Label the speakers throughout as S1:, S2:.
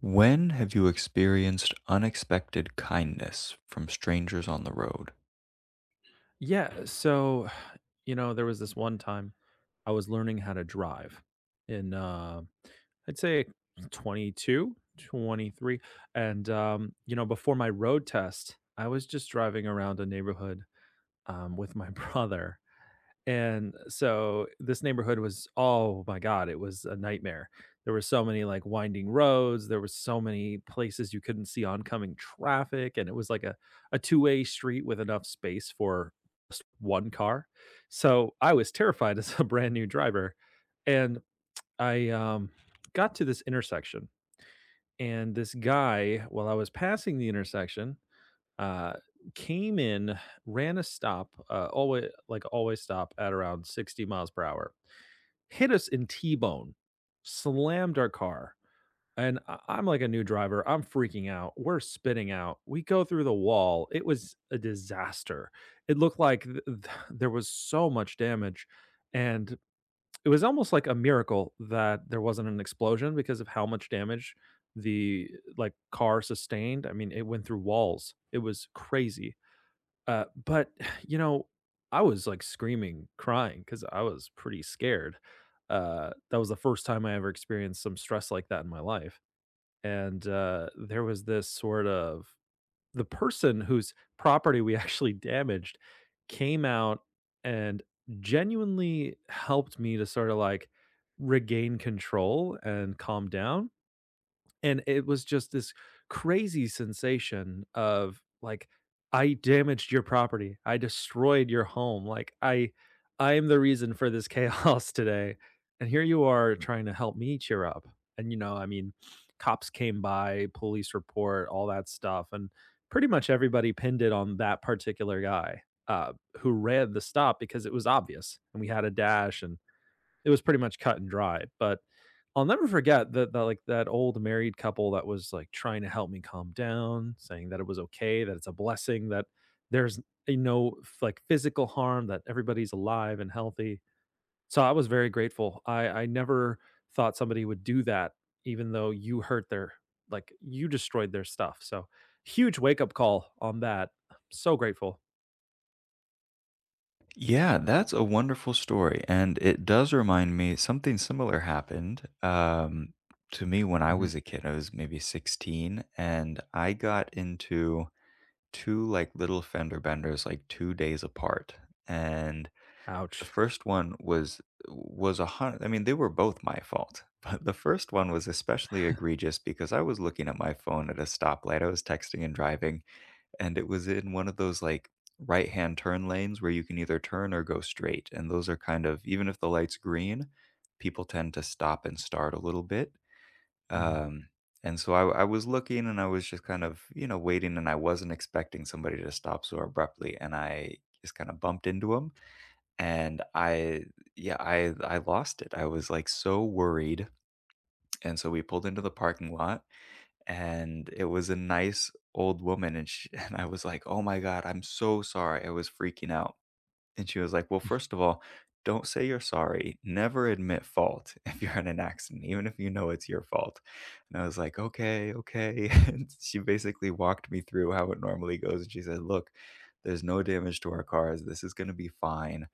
S1: When have you experienced unexpected kindness from strangers on the road?
S2: Yeah, so, there was this one time I was learning how to drive in, uh, I'd say 22, twenty three. Before my road test, I was just driving around a neighborhood with my brother. And so this neighborhood was, oh my god, it was a nightmare. There were so many like winding roads, there were so many places you couldn't see oncoming traffic, and it was like a two-way street with enough space for just one car. So I was terrified as a brand new driver. And I got to this intersection, and this guy, while I was passing the intersection, uh, came in, ran a stop, always like always stop at around 60 miles per hour, hit us in T-bone, slammed our car. And I'm like a new driver. I'm freaking out. We're spitting out. We go through the wall. It was a disaster. It looked like there was so much damage. And it was almost like a miracle that there wasn't an explosion because of how much damage the like car sustained. I mean, it went through walls. It was crazy uh, but, you know, I was, like, screaming, crying because I was pretty scared. That was the first time I ever experienced some stress like that in my life, and there was this sort of, the person whose property we actually damaged came out and genuinely helped me to sorta, like, regain control and calm down. And it was just this crazy sensation of like, I damaged your property. I destroyed your home. Like I am the reason for this chaos today. And here you are trying to help me cheer up. I mean, cops came by, police report, all that stuff. And pretty much everybody pinned it on that particular guy, uh, who read the stop because it was obvious. And we had a dash and it was pretty much cut and dry. But I'll never forget that old married couple that was like trying to help me calm down, saying that it was okay, that it's a blessing, that there's, like physical harm, that everybody's alive and healthy. So I was very grateful. I never thought somebody would do that, even though you hurt their, like you destroyed their stuff. So huge wake up call on that. I'm so grateful.
S1: Yeah, that's a wonderful story, and it does remind me something similar happened to me when I
S2: Mhm.
S1: was a kid. I was maybe 16, and I got into two like little fender benders like two days apart, and the
S2: Ouch.
S1: first one was a hundred. I mean, they were both my fault, but the first one was especially egregious because I was looking at my phone at a stoplight, I was texting and driving, and it was in one of those, like, right-hand turn lanes where you can either turn or go straight, and those are kind of even if the light's green, people tend to stop and start a little bit,
S2: Mhm.
S1: um, and so I was looking and I was just kind of, you know, waiting, and I wasn't expecting somebody to stop so abruptly, and I just kinda bumped into him, and I yeah, I lost it. I was, like, so worried, and so we pulled into the parking lot, and it was a nice old woman, and sh and I was like, "Oh my god, I'm so sorry." I was freaking out, and she was like, "Well, first of all, don't say you're sorry. Never admit fault if you're in an accident, even if you know it's your fault." And I was like, "Okay, okay." And she basically walked me through how it normally goes, and she said, "Look, there's no damage to our cars. This is gonna be fine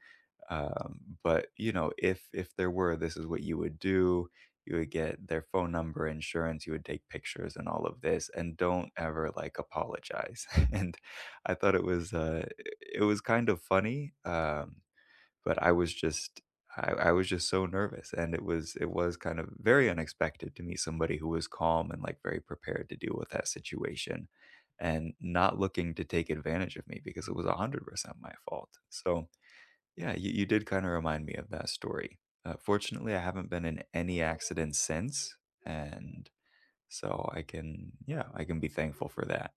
S1: but you know if there were, this is what you would do. You would get their phone number, insurance, you would take pictures and all of this, and don't ever like apologize." And I thought it was kind of funny. But I was just, I was just so nervous, and it was kind of very unexpected to meet somebody who was calm and like very prepared to deal with that situation and not looking to take advantage of me because it was 100% my fault. So yeah, you did kind of remind me of that story. Fortunately, I haven't been in any accidents since, and so I can, yeah, I can be thankful for that.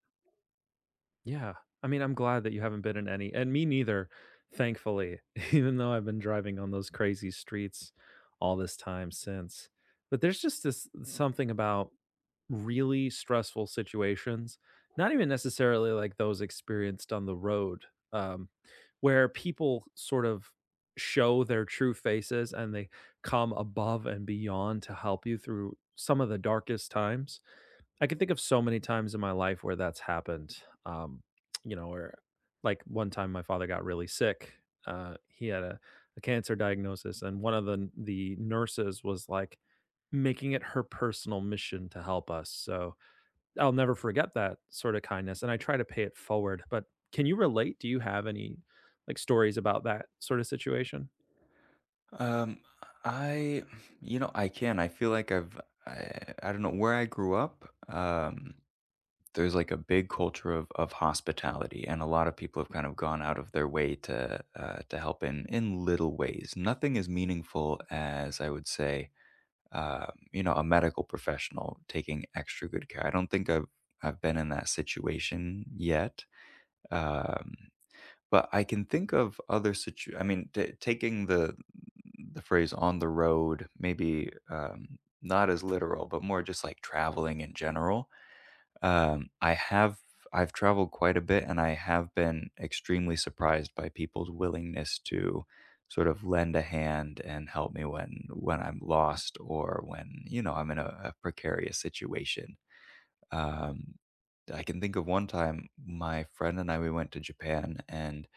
S2: Yeah. I mean, I'm glad that you haven't been in any, and me neither, thankfully, even though I've been driving on those crazy streets all this time since. But there's just this something about really stressful situations, not even necessarily like those experienced on the road, um, where people sort of show their true faces and they come above and beyond to help you through some of the darkest times. I can think of so many times in my life where that's happened. Um, or like one time my father got really sick. He had a cancer diagnosis, and one of the nurses was like making it her personal mission to help us. So I'll never forget that sort of kindness, and I try to pay it forward. But can you relate? Do you have any like stories about that sort of situation?
S1: Um, I, you know, I can. I feel like I don't know where I grew up. There's like a big culture of hospitality, and a lot of people have kind of gone out of their way to help in little ways. Nothing as meaningful as I would say you know, a medical professional taking extra good care. I don't think I've been in that situation yet, um, but I can think of other situ. I mean, taking the phrase on the road, maybe not as literal, but more just like traveling in general. I have I've traveled quite a bit, and I have been extremely surprised by people's willingness to sort of lend a hand and help me when I'm lost or when, you know, I'm in a precarious situation. Um, I can think of one time my friend and I we went to Japan, and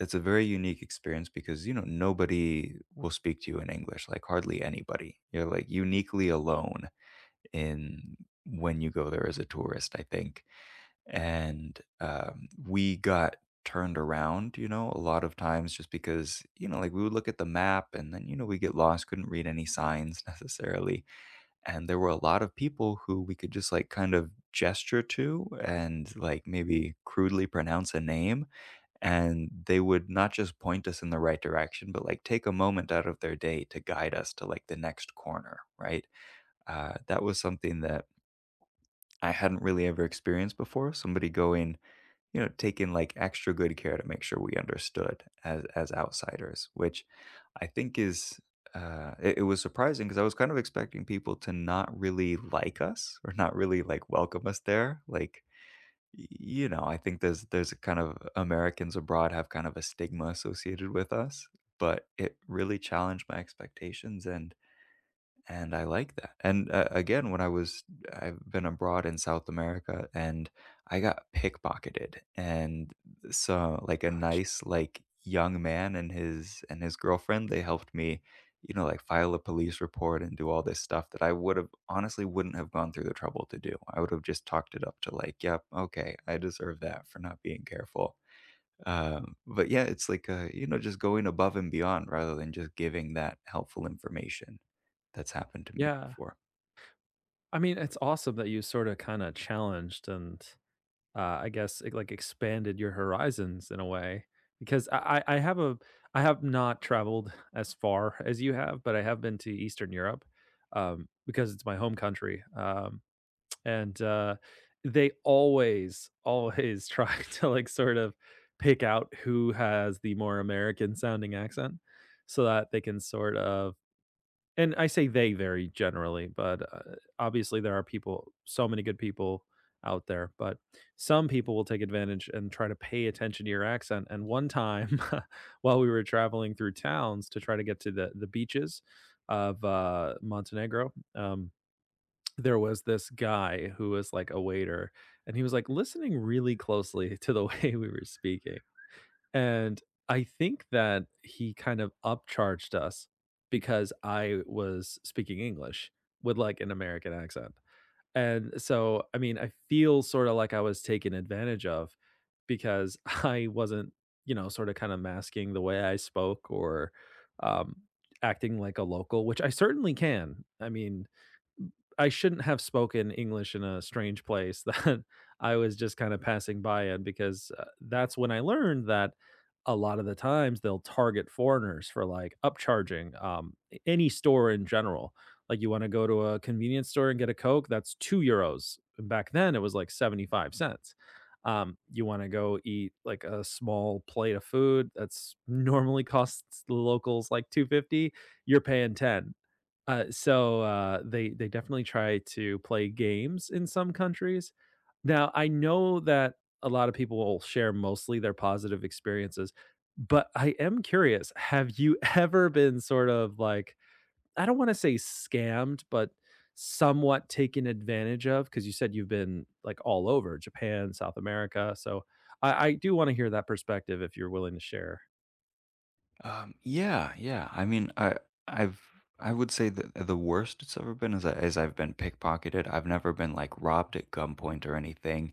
S1: it's a very unique experience because you know nobody will speak to you in English, like hardly anybody. You're like uniquely alone in when you go there as a tourist, I think. And we got turned around, you know, a lot of times just because, you know, like we would look at the map and then, you know, we get lost, couldn't read any signs necessarily, and there were a lot of people who we could just like kind of gesture to and like maybe crudely pronounce a name, and they would not just point us in the right direction, but like take a moment out of their day to guide us to like the next corner, right? Uh, that was something that I hadn't really ever experienced before, somebody going, you know, taken like extra good care to make sure we understood as outsiders, which I think is it, it was surprising because I was kind of expecting people to not really like us or not really like welcome us there. Like, you know, I think there's a kind of Americans abroad have kind of a stigma associated with us, but it really challenged my expectations, and I like that. And again, when I was, I've been abroad in South America, and I got pickpocketed. And so, like, a
S2: Ouch.
S1: nice, like, young man and his girlfriend they helped me, you know, like file a police report and do all this stuff that I would have, honestly wouldn't have gone through the trouble to do. I would have just talked it up to, like, yep, okay, I deserve that for not being careful. But yeah, it's like, you know, just going above and beyond rather than just giving that helpful information. That's happened to me
S2: Yeah.
S1: before.
S2: I mean, it's awesome that you sort of kind of challenged and, I guess it, like expanded your horizons in a way because, I have a, I have not traveled as far as you have, but I have been to Eastern Europe because it's my home country, and they always try to like sort of pick out who has the more American sounding accent so that they can sort of, and I say they very generally, but, obviously, there are people, so many good people out there, but some people will take advantage and try to pay attention to your accent, and one time, while we were traveling through towns to try to get to the beaches of, Montenegro, there was this guy who was, like, a waiter, and he was, like, listening really closely to the way we were speaking, and I think that he kind of upcharged us because I was speaking English with, like, an American accent. And so, I mean, I feel sorta like I was taken advantage of because I wasn't, sorta kinda masking the way I spoke, or, um, acting like a local, which I certainly can. I mean, I shouldn't have spoken English in a strange place that I was just kind of passing by in because, that's when I learned that a lot of the times they'll target foreigners for like upcharging, any store in general. Like you want to go to a convenience store and get a Coke, that's 2 euros. Back then it was like 75 cents. You want to go eat like a small plate of food that's normally costs the locals like 250, you're paying 10. So they definitely try to play games in some countries. Now, I know that a lot of people will share mostly their positive experiences, but I am curious, have you ever been sort of like, I don't wanna say scammed, but somewhat taken advantage of? Because you said you've been, like, all over Japan, South America, so I do wanna hear that perspective if you're willing to share.
S1: Yeah, yeah. I mean, I've, I would say that the worst it's ever been is, is I've been pickpocketed. I've never been like robbed at gunpoint or anything.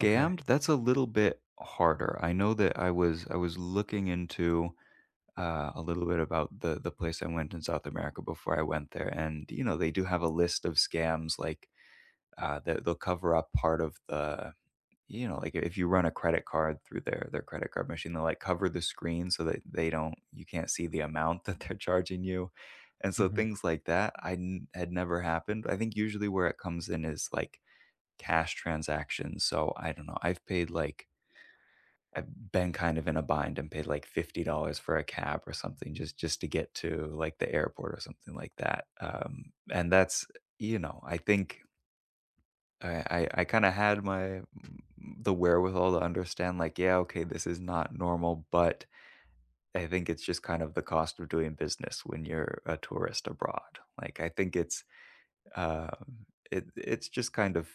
S2: Okay.
S1: that's a little bit harder. I know that I was looking into, a little bit about the place I went in South America before I went there, and you know they do have a list of scams, like they'll cover up part of the, you know, like if you run a credit card through their credit card machine, they'll like cover the screen so that they don't, you can't see the amount that they're charging you. And so
S2: Mhm.
S1: things like that I had never happened. I think usually where it comes in is like cash transactions. So I don't know, I've paid like, I've been kind of in a bind and paid like $50 for a cab or something, just to get to like the airport or something like that. And that's, you know, I think I kinda had my the wherewithal to understand, like, yeah, okay, this is not normal, but I think it's just kind of the cost of doing business when you're a tourist abroad. Like, I think it's, um, it it's just kind of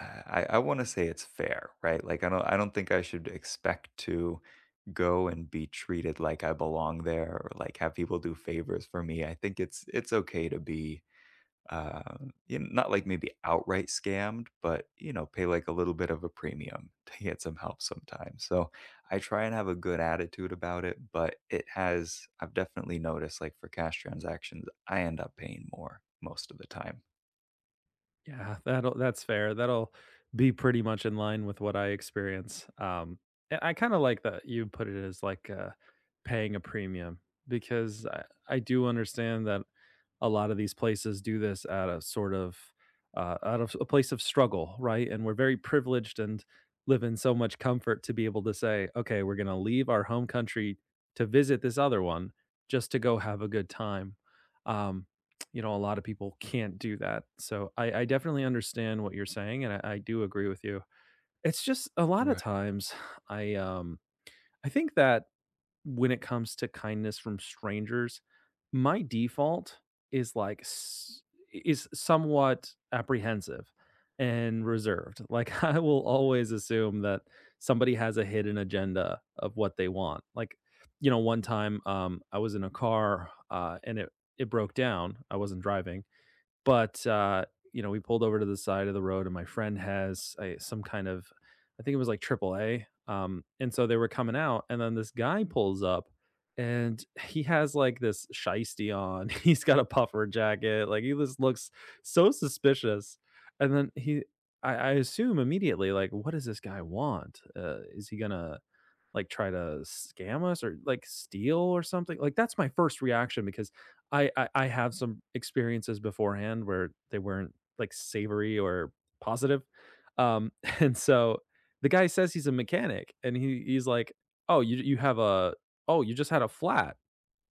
S1: I wanna say it's fair, right? Like, I don't think I should expect to go and be treated like I belong there or, like, have people do favors for me. I think it's okay to be uh, you know, not like maybe outright scammed, but you know, pay like a little bit of a premium to get some help sometimes. So I try and have a good attitude about it, but it has, I've definitely noticed like for cash transactions, I end up paying more most of the time.
S2: Yeah, that's fair. That'll be pretty much in line with what I experience. And I kind of like that you put it as like, paying a premium because, I do understand that a lot of these places do this out of sort of, out of a place of struggle, right? And we're very privileged and live in so much comfort to be able to say, okay, we're going to leave our home country to visit this other one just to go have a good time. Um, a lot of people can't do that. So, I definitely understand what you're saying, and, I do agree with you. It's just a lot of
S1: Right.
S2: times I um I think that when it comes to kindness from strangers, my default is is somewhat apprehensive and reserved. Like I will always assume that somebody has a hidden agenda of what they want. Like, one time I was in a car, and it broke down. I wasn't driving but, uh, we pulled over to the side of the road, and my friend has a some kind of, I think it was like AAA, and so they were coming out, and then this guy pulls up, and he has, like, this shiesty on. He's got a puffer jacket, like, he just looks so suspicious, and then he, I assume immediately, like, "What does this guy want? Is he gonna like try to scam us or like steal or something, like that's my first reaction because, I have some experiences beforehand where they weren't like savory or positive. um and so the guy says he's a mechanic and he's like, oh you have a oh you just had a flat,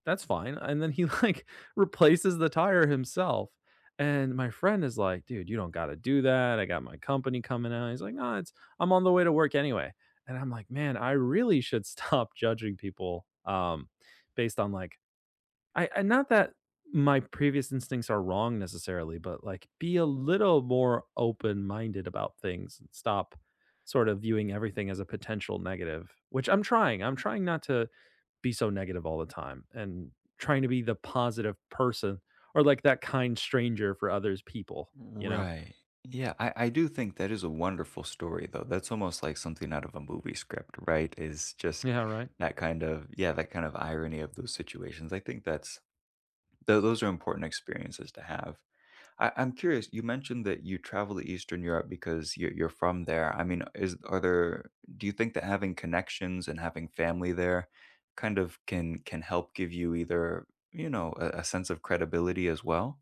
S2: that's fine, and then he, like, replaces the tire himself, and my friend is like, "Dude, you don't gotta do that, I got my company coming out." He's like, "No, it's, I'm on the way to work anyway," and I'm like, "Man, I really should stop judging people, based on, like," I and not that my previous instincts are wrong necessarily, but, like, be a little more open-minded about things and stop sort of viewing everything as a potential negative, which I'm trying not to be so negative all the time and trying to be the positive person or like that kind stranger for others people, you know?
S1: Right. Yeah, I do think that is a wonderful story, though. That's almost like something out of a movie script, right? Is just
S2: Yeah, right.
S1: that kind of, yeah, that kind of irony of those situations. I think that's, those are important experiences to have. I'm curious. You mentioned that you travel to Eastern Europe because you're from there. I mean, is are there? Do you think that having connections and having family there kind of can help give you either, you know, a sense of credibility as well?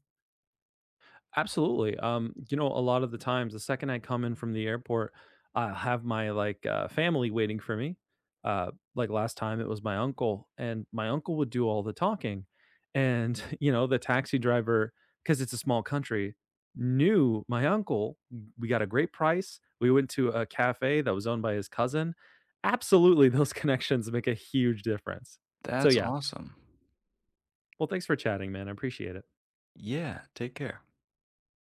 S2: Absolutely. A lot of the times, the second I come in from the airport, I have my like, family waiting for me. Like last time, it was my uncle, and my uncle would do all the talking. And the taxi driver, because it's a small country, knew my uncle. We got a great price. We went to a cafe that was owned by his cousin. Absolutely, those connections make a huge difference. So
S1: That's
S2: yeah.
S1: awesome.
S2: Well, thanks for chatting, man. I appreciate it.
S1: Yeah. Take care.